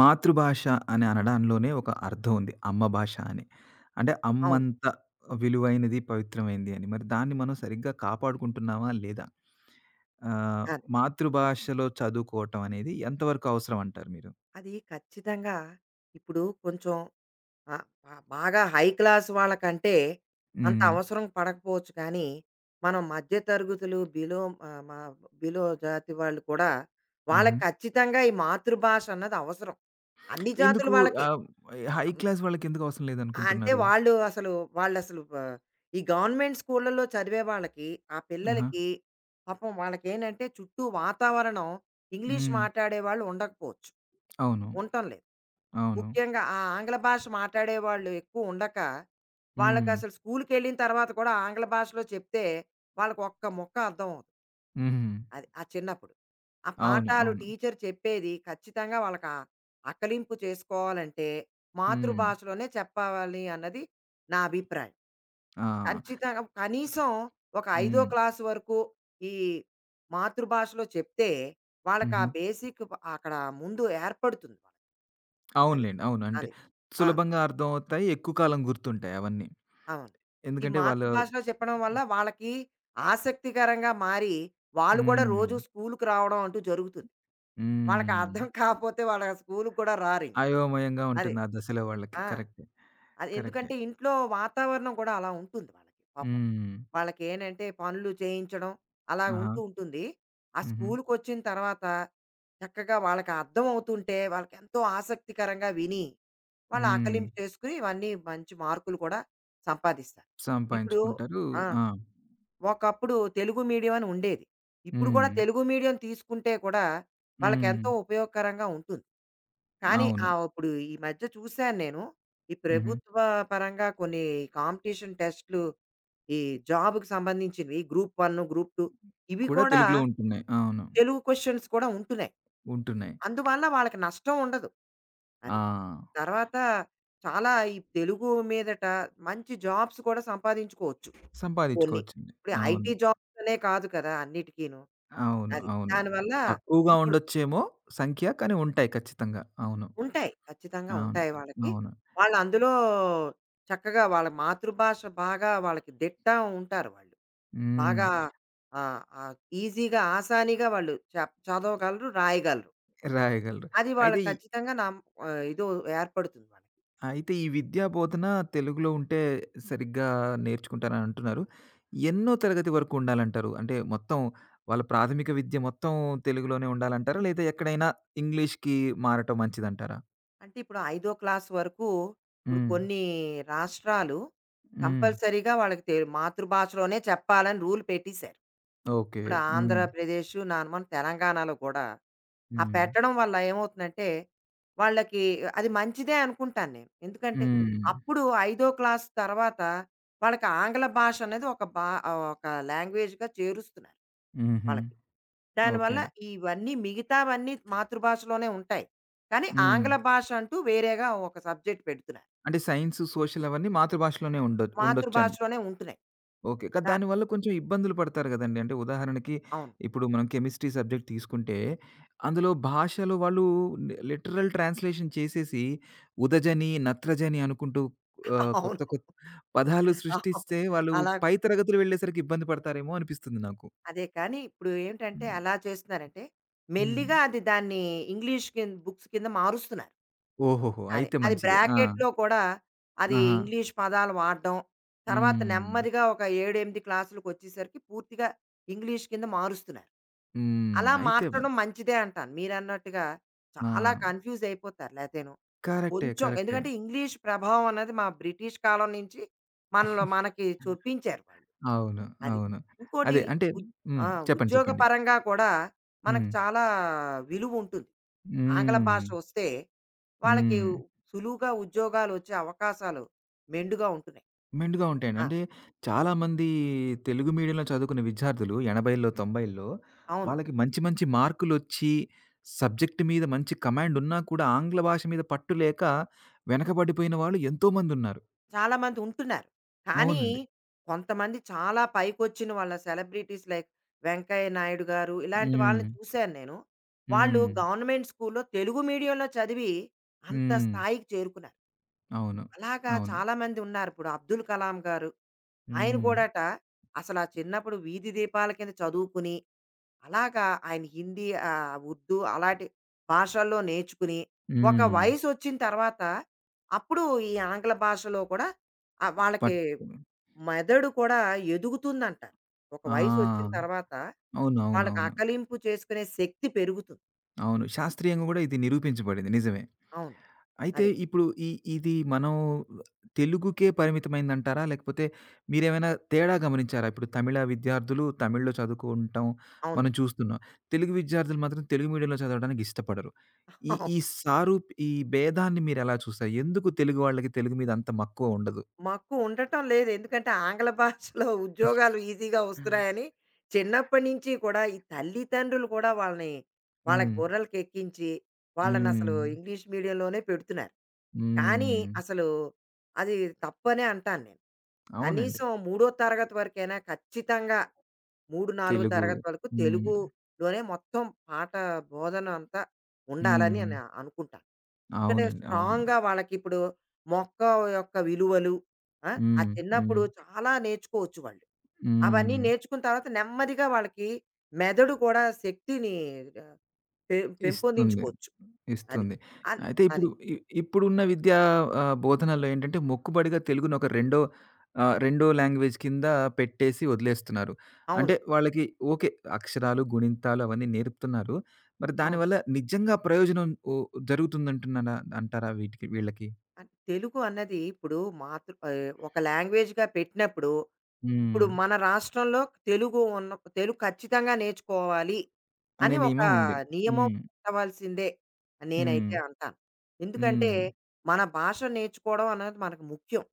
మాతృభాష అని అనడంలోనే ఒక అర్థం ఉంది. అమ్మ భాష అని. అంటే అవును. అమ్మంత విలువైనది, పవిత్రమైంది అని. మరి దాన్ని మనం సరిగ్గా కాపాడుకుంటున్నామా లేదా? ఆహ్, అదే. మాతృభాషలో చదువుకోవటం అనేది ఎంతవరకు అవసరం అంటారు మీరు? అది ఖచ్చితంగా ఇప్పుడు కొంచెం బాగా హై క్లాస్ వాళ్ళకంటే అంత హ్మ్. అవసరం పడకపోవచ్చు కానీ, మనం మధ్య తరగతులు బిలో ఆహ్, మా బిలో జాతి వాళ్ళు కూడా హుహు. వాళ్ళకి ఖచ్చితంగా ఈ మాతృభాష అన్నది అవసరం. అన్ని జాతుల ఎందుకు వాళ్ళకే. ఆహ్, హై అన్ క్లాస్ వాళ్ళకెందుకు అవసరం అంటే లేదనుకుంటున్నారు? వాళ్ళు అసలు వాళ్ళసలు వ ఈ గవర్నమెంట్ స్కూళ్ళలో చదివే వాళ్ళకి, ఆ ఆహా! పిల్లలకి పాపం వాళ్ళకేంటంటే చుట్టూ వాతావరణం ఇంగ్లీష్ హ్మ్. మాట్లాడే వాళ్ళు ఉండకపోవచ్చు. అవును. ఉండటం లేదు. అవును. ముఖ్యంగా ఆ ఆంగ్ల భాష మాట్లాడేవాళ్ళు ఎక్కువ ఉండక, హ్మ్. వాళ్ళకసలు స్కూలుకెళ్ళిన తర్వాత కూడా ఆంగ్ల భాషలో చెప్తే, వాళ్ళకి ఒక్క ముక్క అర్థం అవుతుంది. హుహు. అది ఆ చిన్నప్పుడు. ఆ అవును. పాఠాలు అవును. టీచర్ చెప్పేది ఖచ్చితంగా వాళ్ళకి ఆ అకలింపు చేసుకోవాలంటే, హ్మ్. మాతృభాషలోనే చెప్పావాలి అన్నది నా అభిప్రాయం. ఆ! ఖచ్చితంగా కనీసం ఒక ఐదో హ్మ్. క్లాసు వరకు ఈ మాతృభాషలో చెప్తే, వాళ్ళకి ఆ హుహు. బేసిక్ అక్కడ ముందు ఏర్పడుతుంది వాళ్ళకి. అది. అవునులెండి. అవును. అంటే అది. ఆ! సులభంగా అర్థమవుతాయి. ఎక్కువ కాలం గుర్తుంటాయి అవన్నీ. అవును. ఈ ఎందుకంటే వాళ్ళు. మాతృభాషలో చెప్పడం వల్ల వాళ్ళకి ఆసక్తికరంగా మారి, వాళ్ళు కూడా హ్మ్. రోజు స్కూలుకి రావడం అంటూ జరుగుతుంది. వాళ్ళకి హ్మ్. అర్థం కాకపోతే వాళ్ళ స్కూలుకి కూడా రారింక. అయోమయంగా అది. ఉంటుంది ఆ దశలో వాళ్ళకి. ఆ! కరెక్టే. అది కరెక్టే. ఎందుకంటే ఇంట్లో వాతావరణం కూడా అలా ఉంటుంది వాళ్ళకి పాపం. హ్మ్. వాళ్ళకేనంటే పనులు చేయించడం అలా ఆహా! ఉంటూ ఉంటుంది. ఆ హుహు. స్కూలుకొచ్చిన తర్వాత చక్కగా వాళ్ళకి అర్థం అవుతుంటే వాళ్ళకెంతో ఆసక్తికరంగా విని, వాళ్ళు హ్మ్. ఆకలింపు చేసుకొని ఇవన్నీ మంచి మార్కులు కూడా సంపాదిస్తారు. ఇప్పుడు సంపాయించుకుంటారు. ఆ! ఆ! ఒకప్పుడు తెలుగు మీడియం అని ఉండేది. ఇప్పుడు కూడా హ్మ్. తెలుగు మీడియం తీసుకుంటే కూడా హ్మ్. వాళ్ళకెంతో ఉపయోగకరంగా ఉంటుంది. కానీ అవును. ఇప్పుడు ఈ మధ్య చూసాను నేను. ఈ హుహు. ప్రభుత్వ పరంగా కొన్ని కాంపిటీషన్ టెస్ట్‌లు ఈ జాబ్‌కి సంబంధించినవి గ్రూప్ 1, గ్రూప్ 2 ఇవి కూడా కూడా తెలుగులో ఉంటున్నాయి. అవును. తెలుగు క్వెషన్స్ కూడా ఉంటున్నాయి. ఉంటున్నాయి. అందువల్ల వాళ్ళకి నష్టం ఉండదు. ఆ! అది. తర్వాత చాలా ఈ తెలుగు మీదట మంచి జాబ్స్ కూడా సంపాదించుకోవచ్చు కొన్ని. సంపాదించుకోవచ్చండి. ఇప్పుడు అవును. ఐటీ జాబ్స్ అనే కాదు కదా! అన్నిటికీను. అవును. అది. అవును. దానివల్ల తక్కువగా ఇప్పుడు ఉండొచ్చేమో సంఖ్య. కానీ ఉంటాయి ఖచ్చితంగా. అవును. ఉంటాయి. ఖచ్చితంగా అవును. ఉంటాయి వాళ్ళకి. అవును. వాళ్ళు అందులో చక్కగా వాళ్ళ మాతృభాష బాగా వాళ్ళకి దిట్ట ఉంటారు వాళ్ళు. హ్మ్. బాగా అవును. ఆహ్, ఆహ్, ఈజీగా ఆసానీగా వాళ్ళు చదవగలరు, రాయగలరు. రాయగలరు. అది అయితే వాళ్ళకి ఈ ఖచ్చితంగా ఇదో ఏర్పడుతుంది వాళ్ళకి. అయితే ఈ విద్యా బోధన తెలుగులో ఉంటే సరిగ్గా నేర్చుకుంటారని అంటున్నారు. ఎన్నో తరగతి వరకు ఉండాలంటారు? అంటే మొత్తం వాళ్ళ ప్రాథమిక విద్య మొత్తం తెలుగులోనే ఉండాలంటారా? లేదా ఎక్కడైనా ఇంగ్లీష్‌కి మారటం మంచిదంటారా? అంటే ఇప్పుడు ఐదో క్లాస్ వరకు ఇప్పుడు హ్మ్. కొన్ని రాష్ట్రాలు హ్మ్. కంపల్సరీగా వాళ్ళకి మాతృభాషలోనే చెప్పాలని రూల్ పెట్టేశారు. ఓకే. ఇప్పుడు హ్మ్. ఆంధ్రప్రదేశ్, నాను మన తెలంగాణలో కూడా ఆ హ్మ్. పెట్టడం వల్ల ఏమవుతుందంటే, వాళ్ళకి అది మంచిదే అనుకుంటాను నేను. ఎందుకంటే, హ్మ్. అప్పుడు ఐదో క్లాస్ తర్వాత వాళ్ళకి ఆంగ్ల భాష అనేది ఒక ఒక లాంగ్వేజ్‌గా చేరుస్తున్నారు హుహు. వాళ్ళకి. దానివల్ల ఓకే. ఇవన్నీ మిగతావన్నీ మాతృభాషలోనే ఉంటాయి. కానీ హ్మ్. ఆంగ్ల భాష అంటూ వేరేగా ఒక సబ్జెక్ట్ పెడుతున్నారు. అంటే సైన్స్, సోషల్ అవన్నీ మాతృభాషలోనే ఉండొచ్చు. మాతృభాషలోనే ఉంటున్నాయి. ఓకే. కానీ దా దానివల్ల కొంచెం ఇబ్బందులు పడతారు గదండీ! అంటే ఉదాహరణకి అవును. ఇప్పుడు మనం కెమిస్ట్రీ సబ్జెక్ట్ తీసుకుంటే, అందులో భాషలో వాళ్ళు లిటరల్ ట్రాన్స్‌లేషన్ చేసేసి ఉదజని, నత్రజని అనుకుంటూ కొత్త అవును. కొత్త పదాలు అవును. సృష్టిస్తే వాళ్ళు అలా పై తరగతులు వెళ్ళేసరికి ఇబ్బంది పడతారేమో అనిపిస్తుంది నాకు. అదే కానీ ఇప్పుడు ఏంటంటే హ్మ్. ఎలా చేస్తున్నారంటే హ్మ్. మెల్లిగా అది దాన్ని ఇంగ్లీష్ కింద బుక్స్ కింద మారుస్తున్నారు. ఓహోహో! అదే. అయితే అది మంచిదే. ఆ! బ్రాకెట్‌లో కూడా అది ఆహా! ఇంగ్లీష్ పదాలు వాడడం, తర్వాత హ్మ్. నెమ్మదిగా ఒక 7, 8 క్లాసులకొచ్చేసరికి పూర్తిగా ఇంగ్లీష్ కింద మారుస్తున్నారు. హ్మ్. అలా అయితే మ మార్చడం మంచిదే అంటాను. మీరన్నట్టుగా ఆ! చాలా కన్‌ఫ్యూజ్ అయిపోతారు లేతేను. కరెక్టే. కొంచెం కరెక్టే. ఎందుకంటే ఇంగ్లీష్ ప్రభావం అనేది మా బ్రిటిష్ కాలం నుంచి మనలో మనకి చూపించారు వాళ్ళు. అవును. అది. అవును. ఇంకోటి అదే అంటే. ఉద్ హ్మ్. ఆ! చెప్పండి. ఉద్యోగ చెప్పండి. పరంగా కూడా మనకు హ్మ్. చాలా విలువుంటుంది. ఆంగ్ల హ్మ్. భాష వస్తే వాళ్ళకి హ్మ్. సులువుగా ఉద్యోగాలొచ్చే అవకాశాలు మెండుగా ఉంటున్నాయి. మెండుగా ఉంటాయండి. ఆ! అంటే చాలామంది తెలుగు మీడియంలో చదువుకున్న విద్యార్థులు 80లో, 90లో అవును. వాళ్ళకి మంచి మంచి మార్కులొచ్చి సబ్జెక్ట్ మీద మంచి కమాండ్ ఉన్నా కూడా ఆంగ్ల భాష మీద పట్టు లేక వెనకబడిపోయిన వాళ్ళు ఎంతోమందున్నారు. చాలామంది ఉంటున్నారు. కానీ, అవునండి. కొంతమంది చాలా పైకొచ్చిన వాళ్ళ సెలబ్రిటీస్ లైక్ 'వెంకయ్య నాయుడు' గారు ఇలాంటి హ్మ్. వాళ్ళని చూశాను నేను. వాళ్ళు హ్మ్. గవర్నమెంట్ స్కూల్‌లో తెలుగు మీడియంలో చదివి అంత హ్మ్. స్థాయికి చేరుకున్నారు. అవును. అలాగా అవును. చాలామంది ఉన్నారు. ఇప్పుడు 'అబ్దుల్ కలాం' గారు ఆయన హ్మ్. కూడాట అసలా చిన్నప్పుడు వీధి దీపాల కింద చదువుకుని అలాగా ఆయన హిందీ, ఉర్దూ అలాంటి భాషల్లో నేర్చుకుని, ఒక హ్మ్. వయసొచ్చిన తర్వాత అప్పుడు ఈ ఆంగ్ల భాషలో కూడా వాళ్ళకి పట్టు. మెదడు కూడా ఎదుగుతుందంటారు. ఒక వయసొచ్చిన ఆ! తర్వాత వాళ్ళకి అవునవునవును. ఆకలింపు చేసుకునే శక్తి పెరుగుతుంది. అవును. శాస్త్రీయంగా గూడా ఇది నిరూపించబడింది. నిజమే. అవును. అయితే అదే. ఇప్పుడు ఇది మనం తెలుగుకే పరిమితమైందంటారా? లేకపోతే మీరేమైనా తేడా గమనించారా? ఇప్పుడు తమిళ విద్యార్థులు తమిళ్‌లో చదువుకుంటాం అవును. మనం చూస్తున్నాం. తెలుగు విద్యార్థులు మాత్రం తెలుగు మీడియంలో చదవడానికి ఇష్టపడరు. ఈ ఈ అవును. సారూప్ ఈ భేదాన్ని మీరెలా చూస్తారు? ఎందుకు తెలుగు వాళ్ళకి తెలుగు మీద అంత మక్కువ ఉండదు? మక్కువ ఉండటం లేదు. ఎందుకంటే ఆంగ్ల భాషలో ఉద్యోగాలు ఈజీగా వస్తున్నాయని చిన్నప్పటి నుంచి కూడా ఈ తల్లిదండ్రులు కూడా వాళ్ళని వాళ్ళ హ్మ్. గొర్రెలకెక్కించి హ్మ్. వాళ్ళనసలు ఇంగ్లీష్ మీడియంలోనే పెడుతున్నారు. కానీ హ్మ్. అసలు అది తప్పనే అంటాను నేను. అవునండి. కనీసం మూడో తరగతి వరకైనా ఖచ్చితంగా 3, 4 తెలుగు. తరగతి వరకు హ్మ్. తెలుగులోనే మొత్తం పాఠ బోధన అంతా ఉండాలని హ్మ్. అని అనుకుంటాను. ఎందుకంటే అవునండి. అవునండి. స్ట్రాంగ్‌గా వాళ్ళకిప్పుడు మొక్క యొక్క విలువలు ఆ! ఆ హ్మ్. హ్మ్. చిన్నప్పుడు చాలా నేర్చుకోవచ్చు వాళ్ళు. అవన్నీ హ్మ్. నేర్చుకున్న తర్వాత నెమ్మదిగా వాళ్ళకి మెదడు కూడా శక్తిని ఆహ్, పె ఇస్తుంది. పెంపొందించుకోవచ్చు. అది. ఇస్తుంది. అన్ అయితే ఇప్పుడు. అది. ఇ ఇప్పుడున్న విద్యా బోధనల్లో ఏంటంటే మొక్కుబడిగా తెలుగుని ఒక రెండో రెండో లాంగ్వేజ్ కింద పెట్టేసి వదిలేస్తున్నారు. అవును. అంటే వాళ్ళకి. ఓకే. అక్షరాలు, గుణింతాలు అవన్నీ నేర్పుతున్నారు. మరి అవును. దానివల్ల నిజంగా ప్రయోజనం జరుగుతుందంటున్నారా అంటారా వీటికి వీళ్ళకి? అంటే తెలుగు అన్నది ఇప్పుడు ఒక లాంగ్వేజ్‌గా పెట్టినప్పుడు ఇప్పుడు హ్మ్. మన రాష్ట్రంలో తెలుగు ఉన్న తెలుగు ఖచ్చితంగా నేర్చుకోవాలి అనే అని ఒక నియమం ఉంది. నియమం హ్మ్. ఉండవలసిందే అని హ్మ్. నేనైతే అంటాను. ఎందుకంటే హ్మ్. మన భాష నేర్చుకోవడం అనేది మనకు ముఖ్యం.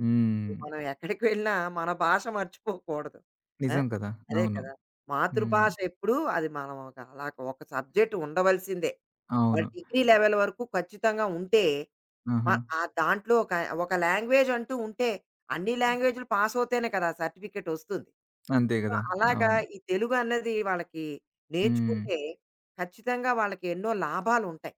హ్మ్. మనం ఎక్కడికి వెళ్ళినా మన భాష మర్చిపోకూడదు. ఆ! నిజం కదా! అదే అవును. కదా! హ్మ్. మాతృభాష ఎప్పుడూ అది మనం ఒక అలా ఒక సబ్జెక్ట్ ఉండవలసిందే. వాళ్ళ అవును. డిగ్రీ లెవెల్ వరకు ఖచ్చితంగా ఉంటే, మ ఆహా! ఆ దాంట్లో ఒక ఒక లాంగ్వేజ్ అంటూ ఉంటే, అన్ని లాంగ్వేజ్‌లు పాస్ అవుతేనే కదా! సర్టిఫికేట్ వస్తుంది. అంతే సో, గదా! అలాగా అవును. ఈ తెలుగు అన్నది వాళ్ళకి హ్మ్. నేర్చుకుంటే, ఖచ్చితంగా వాళ్ళకి ఎన్నో లాభాలుంటాయి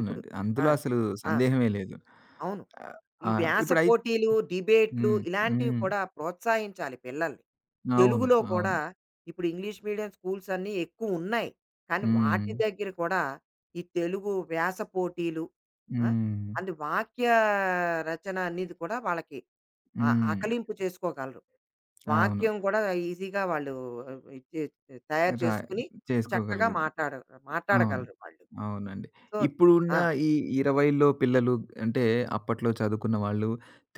ఇప్పుడు. అందులో ఆ! అసలు ఆ! సందేహమే లేదు. అవును. ఆహ్, ఈ ఆ! వ్యాస ఇప్పుడై పోటీలు, డిబేట్లు హ్మ్. ఇలాంటివి హ్మ్. కూడా ప్రోత్సహించాలి పిల్లల్ని. అవును. తెలుగులో కూడా అవును. ఇప్పుడు ఇంగ్లీష్ మీడియం స్కూల్స్ అన్నీ ఎక్కువున్నాయి. కానీ హ్మ్. వాటి దగ్గర కూడా ఈ తెలుగు వ్యాస పోటీలు ఆ! హ్మ్. అండ్ వాక్య రచన అనేది కూడా వాళ్ళకి ఆ హ్మ్. ఆకలింపు చేసుకోగలరు. అవును. వాక్యం కూడా ఈజీగా వాళ్ళు ఆ, ఇది తయారు రా చేసుకొని చక్కగా చేసుకోగలుగుదు. అవును. మాట్లాడగలరు వాళ్ళు. అవునండి. సో ఇప్పుడున్న ఆ! ఈ 20లో పిల్లలు, అంటే అప్పట్లో చదువుకున్న వాళ్ళు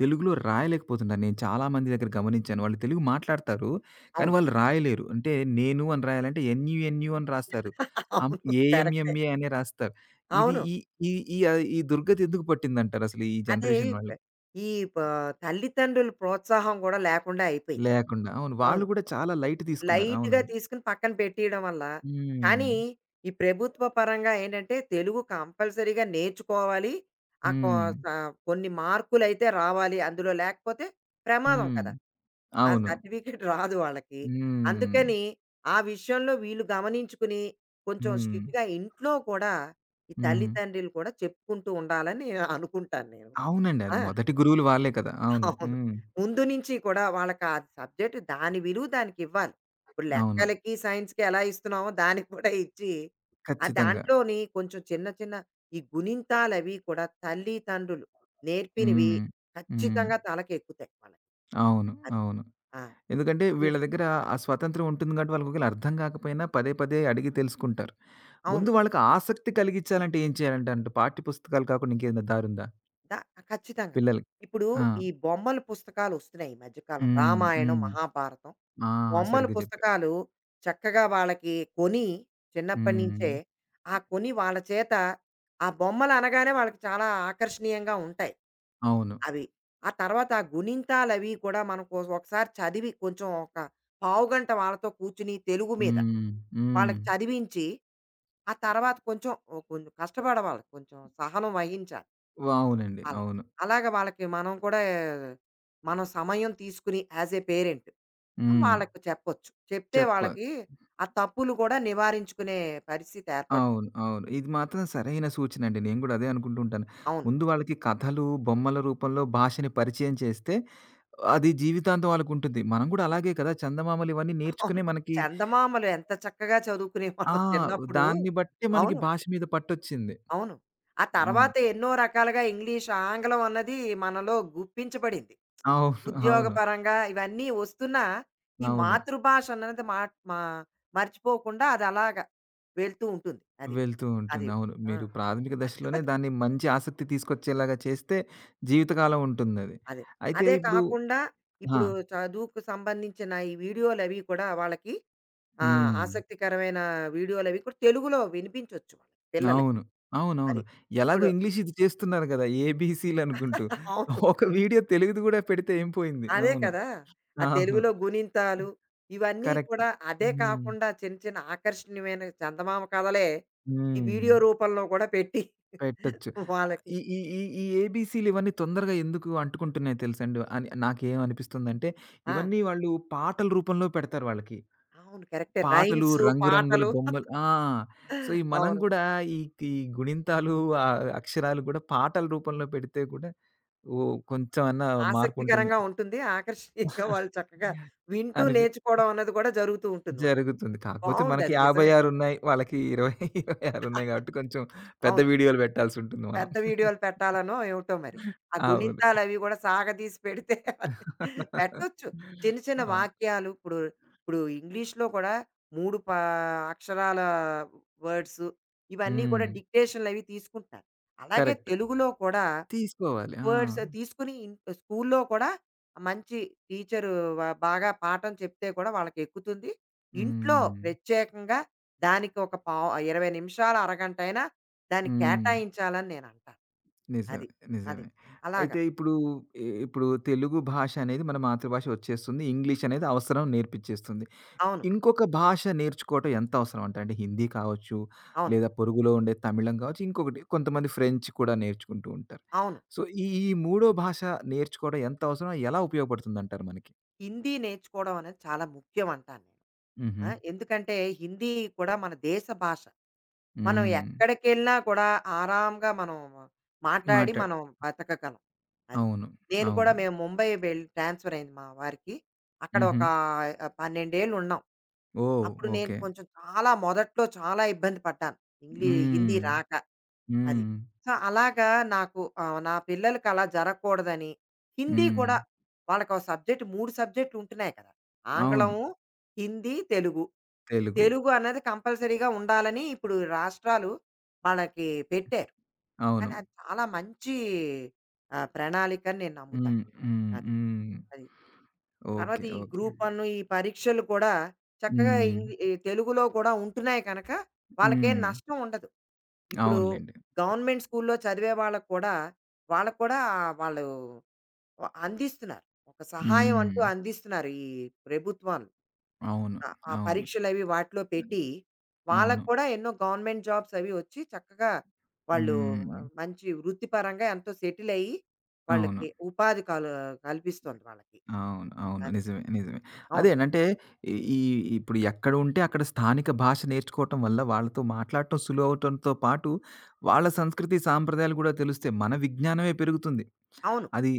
తెలుగులో రాయలేకపోతున్నారు. నేను చాలా మంది దగ్గర గమనించాను. వాళ్ళు తెలుగు మాట్లాడతారు. కానీ అవును. వాళ్ళు రాయలేరు. అంటే నేను అని రాయాలంటే ఎన్‌యుఎన్‌యు అని రాస్తారు. అం అవును. కరెక్టే. ఏఎంఎంఏ అనే రాస్తారు. ఇది అవును. ఈ ఈ ఈ ఆహ్, ఈ దుర్గతి ఎందుకు పట్టిందంటారు అసలు ఈ అదే జనరేషన్ వాళ్ళు? ప- ఈ ప తల్లిదండ్రుల ప్రోత్సాహం గూడా లేకుండా అయిపోయింది. లేకుండా. అవును. వాళ్ళు అవును. గూడా చాలా లైట్ తీసుకున్నారు. లైట్‌గా అవునండి. తీసుకొని పక్కన పెట్టేయడం వల్ల, హ్మ్. కానీ ఈ ప్రభుత్వ పరంగా ఏంటంటే, తెలుగు కంపల్సరీగా నేర్చుకోవాలి. ఆ కొ హ్మ్. స కొన్ని మార్కులైతే రావాలి. అందులో లేకపోతే ప్రమాదం హ్మ్. కదా! ఆ అవును. సర్టిఫికేట్ రాదు వాళ్ళకి. హ్మ్. అందుకని ఆ విషయంలో వీళ్ళు గమనించుకుని, కొంచెం హ్మ్. స్ట్రిక్ట్‌గా ఇంట్లో కూడా ఈ హ్మ్. తల్లిదండ్రులు కూడా చెప్పుకుంటూ ఉండాలని అనుకుంటాను నేను. అవునండి. అది ఆ! మొదటి గురువులు వాళ్ళే కదా! అవును. అవును. హ్మ్. ముందు నుంచి కూడా వాళ్ళకి ఆ సబ్జెక్ట్ దాని విలువ దానికి ఇవ్వాలి. ఇప్పుడు అవును. లెక్కలకి, సైన్స్‌కి ఎలా ఇస్తున్నామో దానికి కూడా ఇచ్చి, ఆ ఖచ్చితంగా. దాంట్లోని కొంచెం చిన్న చిన్న ఈ గుణింతాలవి కూడా తల్లి, తండ్రులు నేర్పినవి హ్మ్. హ్మ్. ఖచ్చితంగా తలకెక్కుతాయి వాళ్ళకి. అవును. అది. అవును. ఆ! ఎందుకంటే హ్మ్. వీళ్ళ దగ్గర ఆ స్వాతంత్రం ఉంటుంది కాబట్టి వాళ్ళకి ఒకవేళ అర్థం కాకపోయినా పదే పదే అడిగి తెలుసుకుంటారు. ముందు అవును. వాళ్ళకి ఆసక్తి కలిగించాలంటే ఏం చేయాలంట అంటే పాఠ్య పుస్తకాలు కాకుండా ఇంకేదైనా దారుందా ద ఖచ్చితంగా. పిల్లలకి? ఇప్పుడు ఆ! ఈ బొమ్మల పుస్తకాలొస్తున్నాయి ఈ మధ్య కాలం. హ్మ్. రామాయణం, హ్మ్. మహాభారతం ఆ! బొమ్మల సరిగ్గా చెప్పారు. పుస్తకాలు చక్కగా వాళ్ళకి కొని చిన్నప్పటి హ్మ్. నుంచే ఆ కొని వాళ్ళ చేత ఆ బొమ్మలు అనగానే వాళ్ళకి చాలా ఆకర్షణీయంగా ఉంటాయి అవును. అవి. ఆ తర్వాత ఆ గుణింతాలు అవి కూడా మనం ఒకసారి చదివి కొంచెం ఒక పావుగంట వాళ్ళతో కూర్చుని తెలుగు మీద హ్మ్. హ్మ్. వాళ్ళకి చదివించి, ఆ తర్వాత కొంచెం కష్టపడవాలి. కొంచెం సహనం వహించాలి. అవునండి. అలా. అవును. అలాగ వాళ్ళకి మనం కూడా మనం సమయం తీసుకుని యాస్ ఎ పేరెంట్ హ్మ్. వాళ్ళకి చెప్పొచ్చు. చెప్తే చెప్పాలి. వాళ్ళకి ఆ తప్పులు కూడా నివారించుకునే పరిస్థితి ఏర్పడుతుంది. అవును. అవును. ఇది మాత్రం సరైన సూచనండి. నేను గూడా అదే అనుకుంటూ ఉంటాను. అవును. ముందు వాళ్ళకి కథలు, బొమ్మల రూపంలో భాషని పరిచయం చేస్తే అది జీవితాంతం వాళ్ళకుంటుంది. మనం గూడా అలాగే కదా! చందమామలు ఇవన్నీ నేర్చుకునే అవును. మనకి. చందమామలు ఎంత చక్కగా ఆ! చదువుకునేవాళ్ళం చిన్నప్పుడు. దాన్ని బట్టే మనకి అవును. భాష మీద పట్టొచ్చింది. అవును. ఆ అవును. తర్వాత ఎన్నో రకాలుగా ఇంగ్లీష్, ఆంగ్లం అన్నది మనలో గుప్పించబడింది. అవును. అవును. ఉద్యోగపరంగా ఇవన్నీ వస్తున్నా ఈ అవును. మాతృభాష అన్నది మా మా మర్చిపోకుండా అది అలాగా వెళ్తూ ఉంటుంది. అది. వెళ్తూ అది. ఉంటుంది. అవును. ఆ! మీరు ప్రాథమిక దశలోనే దాన్ని మంచి ఆసక్తి తీసుకొచ్చేలాగా చేస్తే జీవితకాలం ఉంటుందది. అదే. అయితే అదే ఇప్పుడు. కాకుండా ఆ! ఇప్పుడు చదువుకు సంబంధించిన ఈ వీడియోలవి కూడా వాళ్ళకి హ్మ్. ఆసక్తికరమైన వీడియోలవి కూడా తెలుగులో వినిపించొచ్చు వాళ్ళకి పిల్లలకి. అవును. అవునవును. అది. ఎలాగో ఇప్పుడు ఇంగ్లీష్ ఇది చేస్తున్నారు గదా! ఏబీసీలనుకుంటూ. అవును. ఒక వీడియో తెలుగుది గూడా పెడితే ఏం పోయింది. అదే అవును. కదా! ఆ అవును. తెలుగులో గుణింతాలు ఇవన్నీ కరెక్ట్. కూడా అదే హ్మ్. కాకుండా చిన్న చిన్న ఆకర్షణీయమైన చందమామ కథలే ఈ హ్మ్. వీడియో రూపంలో కూడా పెట్టి పెట్టొచ్చు. ఆహ్, వాళ్ళకి ఈ ఈ ఈ ఈ ఏబీసీలు ఇవన్నీ తొందరగా ఎందుకు అంటుకుంటున్నాయి తెలుసండి? అని నాకేమనిపిస్తుందంటే, ఆ! ఇవన్నీ వాళ్ళు పాటల రూపంలో పెడతారు వాళ్ళకి. అవును. కరెక్టే. పాటలు, రైమ్సు, రంగురంగుల పాటలు బొమ్మలు. ఆ! సో, ఈ మనం అవును. గూడా ఈ ఈ గుణింతాలు, అక్షరాలు గూడా పాటల రూపంలో పెడితే గూడా ఓహ్! కొంచెమన్నా మార్పుంటుంది. ఆసక్తికరంగా ఉంటుంది. ఆకర్షణీయంగా వాళ్ళు చక్కగా వింటూ అనిపి నేర్చుకోవడం అన్నది కూడా జరుగుతూ ఉంటుంది వాళ్ళకి. జరుగుతుంది. కాకపోతే బావుంది మనకి అది నిజమే. 56 ఉన్నాయి. వాళ్ళకి 20, 26 ఉన్నాయి గాబట్టి కొంచెం పెద్ద అవును. వీడియోలు పెట్టాల్సుంటుంది మనం. పెద్ద వీడియోలు పెట్టాలనో ఏమిటో మరి. ఆ అవును. గుణింతాలు అవి కూడా సాగదీసి పెడితే పెట్టొచ్చు. చిన్న చిన్న అవును. వాక్యాలు ఇప్పుడు, ఇప్పుడు ఇంగ్లీష్‌లో కూడా 3 పా అక్షరాల వర్డ్స్ ఇవన్నీ హ్మ్. కూడా డిక్టేషన్‌లవి తీసుకుంటున్నారు. అలాగే కరెక్ట్. తెలుగులో కూడా తీసుకోవాలి. ఆ! వర్డ్స్ తీసుకుని ఇన్ స్కూల్లో కూడా మంచి టీచరు బాగా పాఠం చెప్తే కూడా వాళ్ళకెక్కుతుంది. ఇంట్లో హ్మ్. ప్రత్యేకంగా దానికి ఒక పావు 20 నిమిషాలు, అరగంటైనా దాన్ని హ్మ్. కేటాయించాలని నేనంటాను. నిజమే. అది. అది. నిజమే. అలాగా. అయితే ఇప్పుడు. ఇప్పుడు తెలుగు భాష అనేది మన మాతృభాష వచ్చేస్తుంది. ఇంగ్లీష్ అనేది అవసరం నేర్పిచ్చేస్తుంది. అవును. ఇంకొక భాష నేర్చుకోవటం ఎంత అవసరం అంటారు? అంటే హిందీ కావచ్చు, అవును. లేదా పొరుగులో ఉండే తమిళం కావచ్చు, ఇంకొకటి కొంతమంది ఫ్రెంచ్ కూడా నేర్చుకుంటూ ఉంటారు. అవును. సో, ఈ ఈ మూడో భాష నేర్చుకోవడం ఎంత అవసరం? ఎలా ఉపయోగపడుతుందంటారు మనకి? హిందీ నేర్చుకోవడం అనేది చాలా ముఖ్యం అంటాను నేను. హుహు. ఆ! ఎందుకంటే హిందీ కూడా మన దేశ భాష. మనం హ్మ్. ఎక్కడికెళ్ళినా కూడా ఆరాంగా మనం మాట్లాడి మాట్లాడు మనం బతకగలం. అది. అవును. నేను కూడా అవును. మేము ముంబై వెళ్ ట్రాన్స్‌ఫర్ అయింది మా వారికి. అక్కడ హుహు. ఒక 12 ఏళ్ళు ఉన్నాం. ఓహ్! అప్పుడు నేను ఓకే. చాలా మొదట్లో చాలా ఇబ్బంది పడ్డాను. హ్మ్. హిందీ రాక అది. హ్మ్. సో, అలాగా నాకు నా పిల్లలకి అలా జరగకూడదని హిందీ హ్మ్. కూడా వాళ్ళకో సబ్జెక్ట్ 3 సబ్జెక్టులు ఉంటున్నాయి కదా! అవును. ఆంగ్లము, హిందీ, తెలుగు. తెలుగు. తెలుగు అన్నది కంపల్సరీగా ఉండాలని ఇప్పుడు రాష్ట్రాలు మనకి పెట్టారు. అవును. కానీ అది చాలా మంచి ప్రణాళిక అని నేను నమ్ముతాను. హ్మ్. హ్మ్. అది. హ్మ్. అది. ఓకే. తర్వాత ఈ ఓకే. గ్రూప్ వన్ ఈ పరీక్షలు కూడా చక్కగా హ్మ్. ఈ తెలుగులో కూడా ఉంటున్నాయి కనుక వాళ్ళకేం హ్మ్. నష్టం ఉండదు. ఇప్పుడు అవునులెండి. గవర్నమెంట్ స్కూల్‌లో చదివే వాళ్ళకి కూడా, వాళ్ళకి కూడా ఆ వాళ్ళు అందిస్తున్నారు. ఒక సహాయం అంటూ హ్మ్. అందిస్తున్నారు ఈ ప్రభుత్వాలు. అవును. ఆ ఆ అవును. పరీక్షలవి వాటిలో పెట్టి, అవును. వాళ్ళకి కూడా ఎన్నో గవర్నమెంట్ జాబ్స్ అవి వచ్చి చక్కగా వాళ్ళు మ హ్మ్. మంచి వృత్తిపరంగా ఎంతో సెటిల్ అయ్యి, అవును. వాళ్ళకి ఉపాధి కల కల్పిస్తోంది వాళ్ళకి. అవును. అవును. అది. నిజమే. నిజమే. అవును. అదేనంటే ఈ ఈ ఇప్పుడు ఎక్కడ ఉంటే అక్కడ స్థానిక భాష నేర్చుకోవటం వల్ల వాళ్ళతో మాట్లాడటం సులువవటంతో పాటు, వాళ్ళ సంస్కృతి, సాంప్రదాయాలు గూడా తెలుస్తాయి. మన విజ్ఞానమే పెరుగుతుంది. అవును. అది.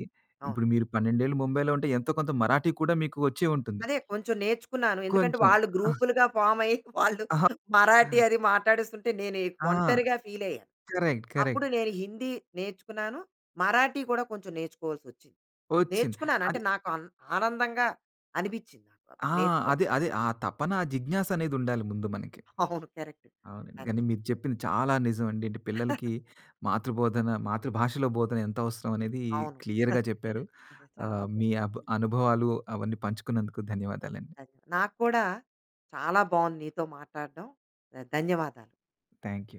అవును. ఇప్పుడు మీరు 12 ఏళ్ళు ముంబైలో ఉంటే ఎంతో కొంత మరాఠీ కూడా మీకు వచ్చే ఉంటుంది. అదే కొంచెం నేర్చుకున్నాను. ఎందుకంటే కొంచెం. వాళ్ళు గ్రూపులుగా ఫార్మ్ అయ్యి వాళ్ళు మరాఠీ అది మాట్లాడేస్తుంటే నేను ఆ! ఒంటరిగా ఫీల్ అయ్యాను. కరెక్ట్. కరెక్ట్. అప్పుడు నేను హిందీ నేర్చుకున్నాను. మరాఠీ కూడా కొంచెం నేర్చుకోవాల్సొచ్చింది. వచ్చింది. నేర్చుకున్నాను. అంటే అది. నాకు ఆనందంగా అనిపిచ్చింది నాకు ఆ! నేర్చుకోవడం. అదే. అదే. ఆ తపన, ఆ జిజ్ఞాస అనేదుండాలి ముందు మనకి. అవును. కరెక్ట్. అవునండి. అది. కానీ మీరు చెప్పింది చాలా నిజం అండి. అంటే పిల్లలకి మాతృబోధన, మాతృభాషలో బోధన ఎంత అవసరం అనేది అవును. క్లియర్‌గా చెప్పారు. అదే చాలా మీ బాగుంది. అనుభవాలు అవన్నీ పంచుకున్నందుకు ధన్యవాదాలండి. నాకు కూడా చాలా బాగుంది నీతో మాట్లాడడం. ధన్యవాదాలు. Thank you. అండి.